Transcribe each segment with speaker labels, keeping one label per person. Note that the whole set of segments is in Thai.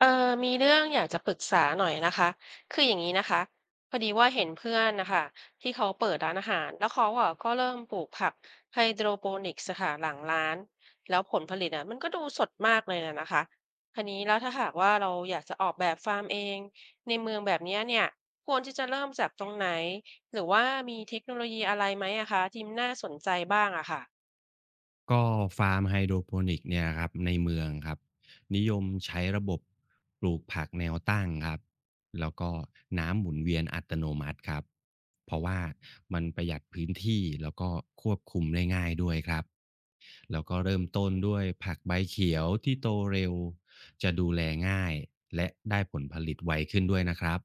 Speaker 1: เออมีเรื่องอยากจะปรึกษาหน่อยนะคะคืออย่างนี้นะคะพอดีว่าเห็นเพื่อนนะคะที่เขาเปิดร้านอาหารแล้วเขาอ่ะก็เริ่มปลูกผักไฮโดรโปนิกส์ค่ะหลังร้านแล้วผลผลิตอ่ะมันก็ดูสดมากเลยนะคะทีนี้แล้วถ้าหากว่าเราอยากจะออกแบบฟาร์มเองในเมืองแบบเนี่ยควรที่จะเริ่มจากตรงไหน หรือว่ามีเทคโนโลยีอะไรไหมอะคะที่น่าสนใจบ้างอะค่ะ
Speaker 2: ก็ฟาร์มไฮโดรโปนิกเนี่ยครับในเมืองครับนิยมใช้ระบบปลูกผักแนวตั้งครับแล้วก็น้ำหมุนเวียนอัตโนมัติครับเพราะว่ามันประหยัดพื้นที่แล้วก็ควบคุมได้ง่ายด้วยครับแล้วก็เริ่มต้นด้วยผักใบเขียวที่โตเร็วจะดูแลง่ายและได้ผลผลิตไวขึ้นด้วยนะครับ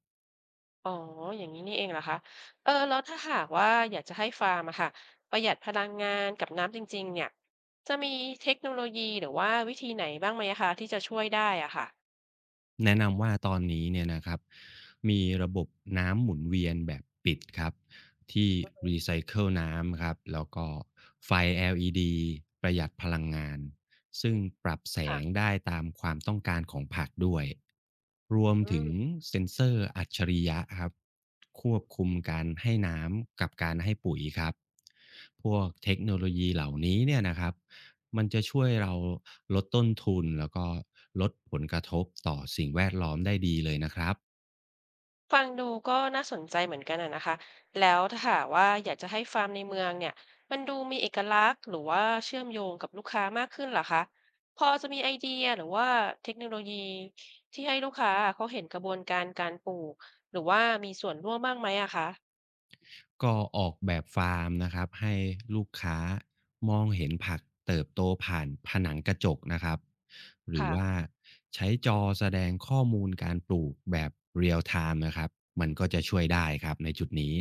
Speaker 1: อ๋ออย่างนี้นี่เองเหรอคะเออแล้วถ้าหากว่าอยากจะให้ฟาร์มอะค่ะประหยัดพลังงานกับน้ำจริงๆเนี่ยจะมีเทคโนโลยีหรือว่าวิธีไหนบ้างไหมอะคะที่จะช่วยได้อะค่ะ
Speaker 2: แนะนำว่าตอนนี้เนี่ยนะครับมีระบบน้ำหมุนเวียนแบบปิดครับที่รีไซเคิลน้ำครับแล้วก็ไฟ LED ประหยัดพลังงานซึ่งปรับแส
Speaker 1: ค่ะ
Speaker 2: งได้ตามความต้องการของผักด้วยรวม
Speaker 1: อื
Speaker 2: ถึง
Speaker 1: ม
Speaker 2: เซ็นเซอร์อัจฉริยะครับควบคุมการให้น้ำกับการให้ปุ๋ยครับพวกเทคโนโลยีเหล่านี้เนี่ยนะครับ มันจะช่วยเราลดต้นทุนแล้วก็ลดผลกระทบต่อสิ่งแวดล้อมได้ดีเลยนะครับ
Speaker 1: ฟังดูก็น่าสนใจเหมือนกันอะนะคะแล้วถ้าหากว่าอยากจะให้ฟาร์มในเมืองเนี่ยมันดูมีเอกลักษณ์หรือว่าเชื่อมโยงกับลูกค้ามากขึ้นเหรอคะพอจะมีไอเดียหรือว่าเทคโนโลยีที่ให้ลูกค้าเขาเห็นกระบวนการการปลูกหรือว่ามีส่วนร่วมบ้างไหมอะคะ
Speaker 2: ก็ออกแบบฟาร์มนะครับให้ลูกค้ามองเห็นผักเติบโตผ่านผนังกระจกนะครับหรือ
Speaker 1: ค่ะ
Speaker 2: ว่าใช้จอแสดงข้อมูลการปลูกแบบเรียลไทม์นะครับมันก็จะช่วยได้ครับในจุดนี้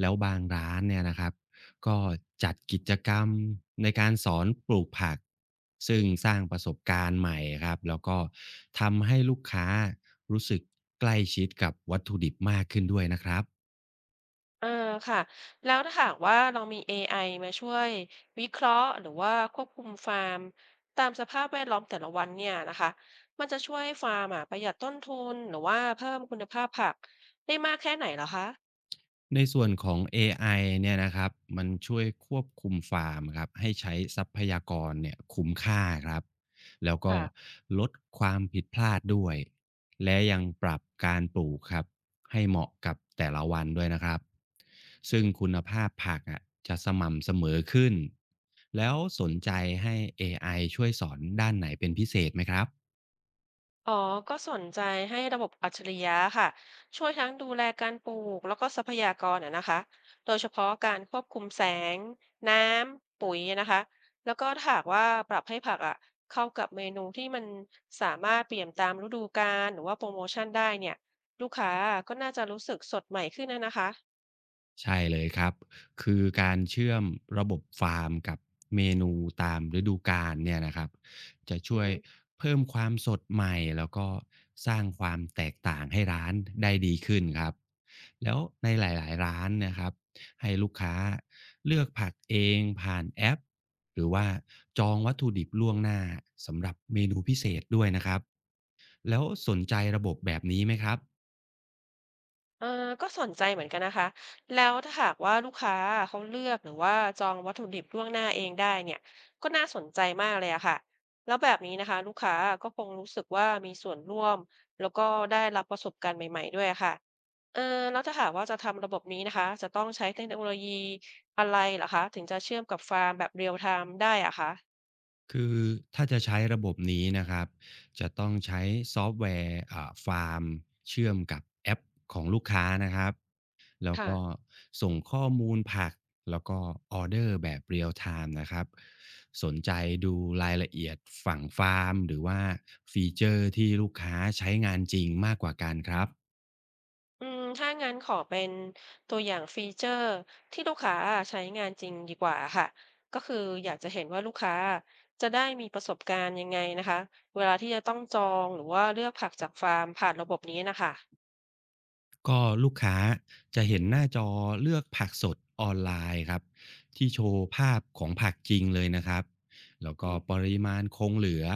Speaker 2: แล้วบางร้านเนี่ยนะครับก็จัดกิจกรรมในการสอนปลูกผักซึ่งสร้างประสบการณ์ใหม่ครับแล้วก็ทำให้ลูกค้ารู้สึกใกล้ชิดกับวัตถุดิบมากขึ้นด้วยนะครับ
Speaker 1: เออค่ะแล้วถ้าหากว่าเรามีเอไอมาช่วยวิเคราะห์หรือว่าควบคุมฟาร์มตามสภาพแวดล้อมแต่ละวันเนี่ยนะคะมันจะช่วยให้ฟาร์มอะประหยัดต้นทุนหรือว่าเพิ่มคุณภาพผักได้มากแค่ไหนเหรอคะ
Speaker 2: ในส่วนของเอไอเนี่ยนะครับ มันช่วยควบคุมฟาร์มครับ ให้ใช้ทรัพยากรเนี่ยคุ้มค่าครับ แล้วก็
Speaker 1: ค่ะ
Speaker 2: ลดความผิดพลาดด้วย และยังปรับการปลูกครับให้เหมาะกับแต่ละวันด้วยนะครับ ซึ่งคุณภาพผักอ่ะจะสม่ำเสมอขึ้น แล้วสนใจให้ AI ช่วยสอนด้านไหนเป็นพิเศษไหมครับ
Speaker 1: อ๋อ ก็สนใจให้ระบบอัจฉริยะค่ะ ช่วยทั้งดูแลการปลูกแล้วก็ทรัพยากรอะนะคะ โดยเฉพาะการควบคุมแสงน้ำปุ๋ยนะคะ แล้วก็ถ้าหากว่าปรับให้ผักอ่ะเข้ากับเมนูที่มันสามารถเปลี่ยนตามฤดูกาลหรือว่าโปรโมชั่นได้เนี่ยลูกค้าก็น่าจะรู้สึกสดใหม่ขึ้นนะคะ
Speaker 2: ใช่เลยครับ คือการเชื่อมระบบฟาร์มกับเมนูตามฤดูกาลเนี่ยนะครับจะช่วยเพิ่มความสดใหม่แล้วก็สร้างความแตกต่างให้ร้านได้ดีขึ้นครับแล้วในหลายๆร้านเนะครับให้ลูกค้าเลือกผักเองผ่านแอปหรือว่าจองวัตถุดิบล่วงหน้าสำหรับเมนูพิเศษด้วยนะครับแล้วสนใจระบบแบบนี้ไหมครับ
Speaker 1: เออก็สนใจเหมือนกันนะคะแล้วถ้าหากว่าลูกค้าเขาเลือกหรือว่าจองวัตถุดิบล่วงหน้าเองได้เนี่ยก็น่าสนใจมากเลยอะค่ะแล้วแบบนี้นะคะลูกค้าก็คงรู้สึกว่ามีส่วนร่วมแล้วก็ได้รับประสบการณ์ใหม่ๆด้วยอะค่ะเออแล้วถ้าหากว่าจะทำระบบนี้นะคะจะต้องใช้เทคโนโลยีอะไรเหรอคะถึงจะเชื่อมกับฟาร์มแบบเรียลไทม์ได้อะคะ
Speaker 2: คือถ้าจะใช้ระบบนี้นะครับจะต้องใช้ซอฟต์แวร์ฟาร์มเชื่อมกับแอปของลูกค้านะครับแล้ว
Speaker 1: ค่ะ
Speaker 2: ก็ส่งข้อมูลผักแล้วก็ออเดอร์แบบเรียลไทม์นะครับสนใจดูรายละเอียดฝั่งฟาร์มหรือว่าฟีเจอร์ที่ลูกค้าใช้งานจริงมากกว่ากันครับ
Speaker 1: อืมถ้างั้นขอเป็นตัวอย่างฟีเจอร์ที่ลูกค้าใช้งานจริงดีกว่าค่ะก็คืออยากจะเห็นว่าลูกค้าจะได้มีประสบการณ์ยังไงนะคะเวลาที่จะต้องจองหรือว่าเลือกผักจากฟาร์มผ่านระบบนี้นะคะ
Speaker 2: ก็ลูกค้าจะเห็นหน้าจอเลือกผักสดออนไลน์ครับที่โชว์ภาพของผักจริงเลยนะครับแล้วก็
Speaker 1: อม
Speaker 2: ปริมาณคงเหลือ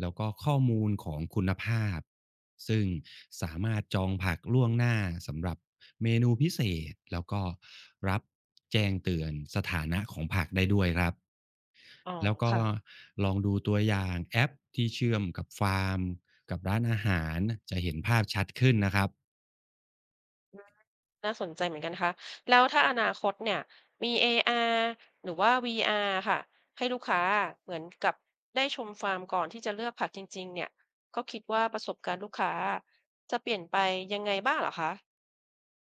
Speaker 2: แล้วก็ข้อมูลของคุณภาพซึ่งสามารถจองผักล่วงหน้าสำหรับเมนูพิเศษแล้วก็รับแจ้งเตือนสถานะของผักได้ด้วยครับ
Speaker 1: อ๋อ
Speaker 2: แล้วก็
Speaker 1: ค่ะ
Speaker 2: ลองดูตัวอย่างแอปที่เชื่อมกับฟาร์มกับร้านอาหารจะเห็นภาพชัดขึ้นนะครับ
Speaker 1: น่าสนใจเหมือนกันนะคะแล้วถ้าอนาคตเนี่ยมี AR หรือว่า VR ค่ะให้ลูกค้าเหมือนกับได้ชมฟาร์มก่อนที่จะเลือกผักจริงๆเนี่ยก็คิดว่าประสบการณ์ลูกค้าจะเปลี่ยนไปยังไงบ้างเหรอคะ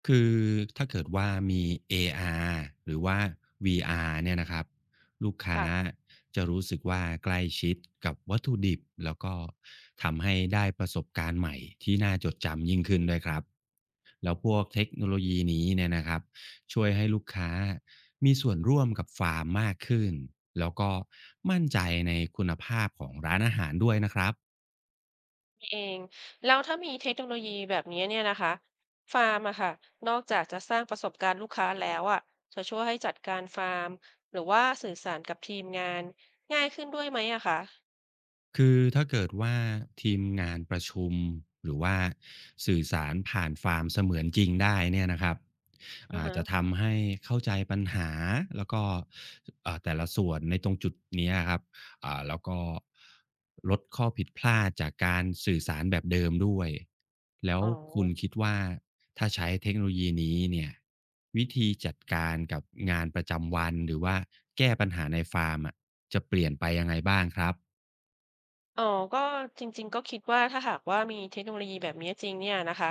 Speaker 2: คือถ้าเกิดว่ามี AR หรือว่า VR เนี่ยนะครับลูกค้า
Speaker 1: ค่ะ
Speaker 2: จะรู้สึกว่าใกล้ชิดกับวัตถุดิบแล้วก็ทำให้ได้ประสบการณ์ใหม่ที่น่าจดจำยิ่งขึ้นด้วยครับแล้วพวกเทคโนโลยีนี้เนี่ยนะครับช่วยให้ลูกค้ามีส่วนร่วมกับฟาร์มมากขึ้นแล้วก็มั่นใจในคุณภาพของร้านอาหารด้วยนะครับ
Speaker 1: เองแล้วถ้ามีเทคโนโลยีแบบนี้เนี่ยนะคะฟาร์มอะค่ะนอกจากจะสร้างประสบการณ์ลูกค้าแล้วอะจะช่วยให้จัดการฟาร์มหรือว่าสื่อสารกับทีมงานง่ายขึ้นด้วยไหมอะคะ
Speaker 2: คือถ้าเกิดว่าทีมงานประชุมหรือว่าสื่อสารผ่านความเสมือนจริงได้เนี่ยนะครับ
Speaker 1: อือ
Speaker 2: อาจ
Speaker 1: ฮะ
Speaker 2: จะทำให้เข้าใจปัญหาแล้วก็แต่ละส่วนในตรงจุดเนี้ยครับแล้วก็ลดข้อผิดพลาดจากการสื่อสารแบบเดิมด้วยแล้ว
Speaker 1: อ๋อ
Speaker 2: คุณคิดว่าถ้าใช้เทคโนโลยีนี้เนี่ยวิธีจัดการกับงานประจำวันหรือว่าแก้ปัญหาในฟาร์มอะจะเปลี่ยนไปยังไงบ้างครับ
Speaker 1: อ๋อก็จริงๆก็คิดว่าถ้าหากว่ามีเทคโนโลยีแบบนี้จริงเนี่ยนะคะ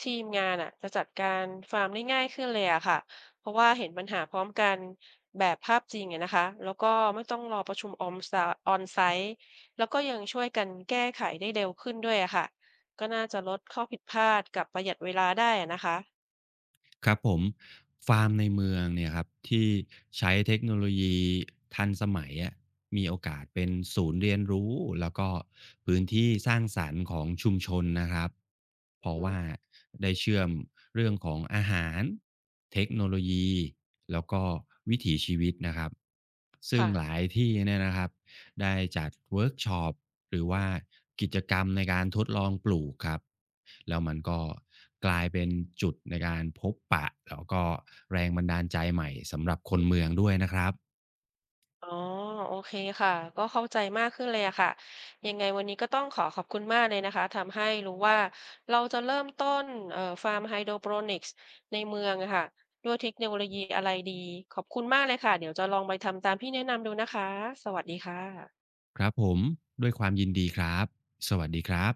Speaker 1: ทีมงานอะจะจัดการฟาร์มได้ง่ายขึ้นเลยอะค่ะเพราะว่าเห็นปัญหาพร้อมกันแบบภาพจริงอะนะคะแล้วก็ไม่ต้องรอประชุมออนไซต์แล้วก็ยังช่วยกันแก้ไขได้เร็วขึ้นด้วยอะค่ะก็น่าจะลดข้อผิดพลาดกับประหยัดเวลาได้อะนะคะ
Speaker 2: ครับผมฟาร์มในเมืองเนี่ยครับที่ใช้เทคโนโลยีทันสมัยอะมีโอกาสเป็นศูนย์เรียนรู้แล้วก็พื้นที่สร้างสรรค์ของชุมชนนะครับเพ
Speaker 1: อือ
Speaker 2: ราะ
Speaker 1: ฮึ
Speaker 2: ว่าได้เชื่อมเรื่องของอาหารเทคโนโลยีแล้วก็วิถีชีวิตนะครับซึ่ง
Speaker 1: ค่ะ
Speaker 2: หลายที่เนี่ยนะครับ ได้จัดเวิร์กช็อปหรือว่ากิจกรรมในการทดลองปลูกครับแล้วมันก็กลายเป็นจุดในการพบปะแล้วก็แรงบันดาลใจใหม่สำหรับคนเมืองด้วยนะครับ
Speaker 1: อ๋อโอเคค่ะก็เข้าใจมากขึ้นเลยอะค่ะยังไงวันนี้ก็ต้องขอขอบคุณมากเลยนะคะทำให้รู้ว่าเราจะเริ่มต้นฟาร์มไฮโดรโปรนิกส์ในเมืองอะค่ะด้วยเทคโนโลยีอะไรดีขอบคุณมากเลยค่ะเดี๋ยวจะลองไปทำตามที่แนะนำดูนะคะสวัสดีค่ะ
Speaker 2: ครับผมด้วยความยินดีครับสวัสดีครับ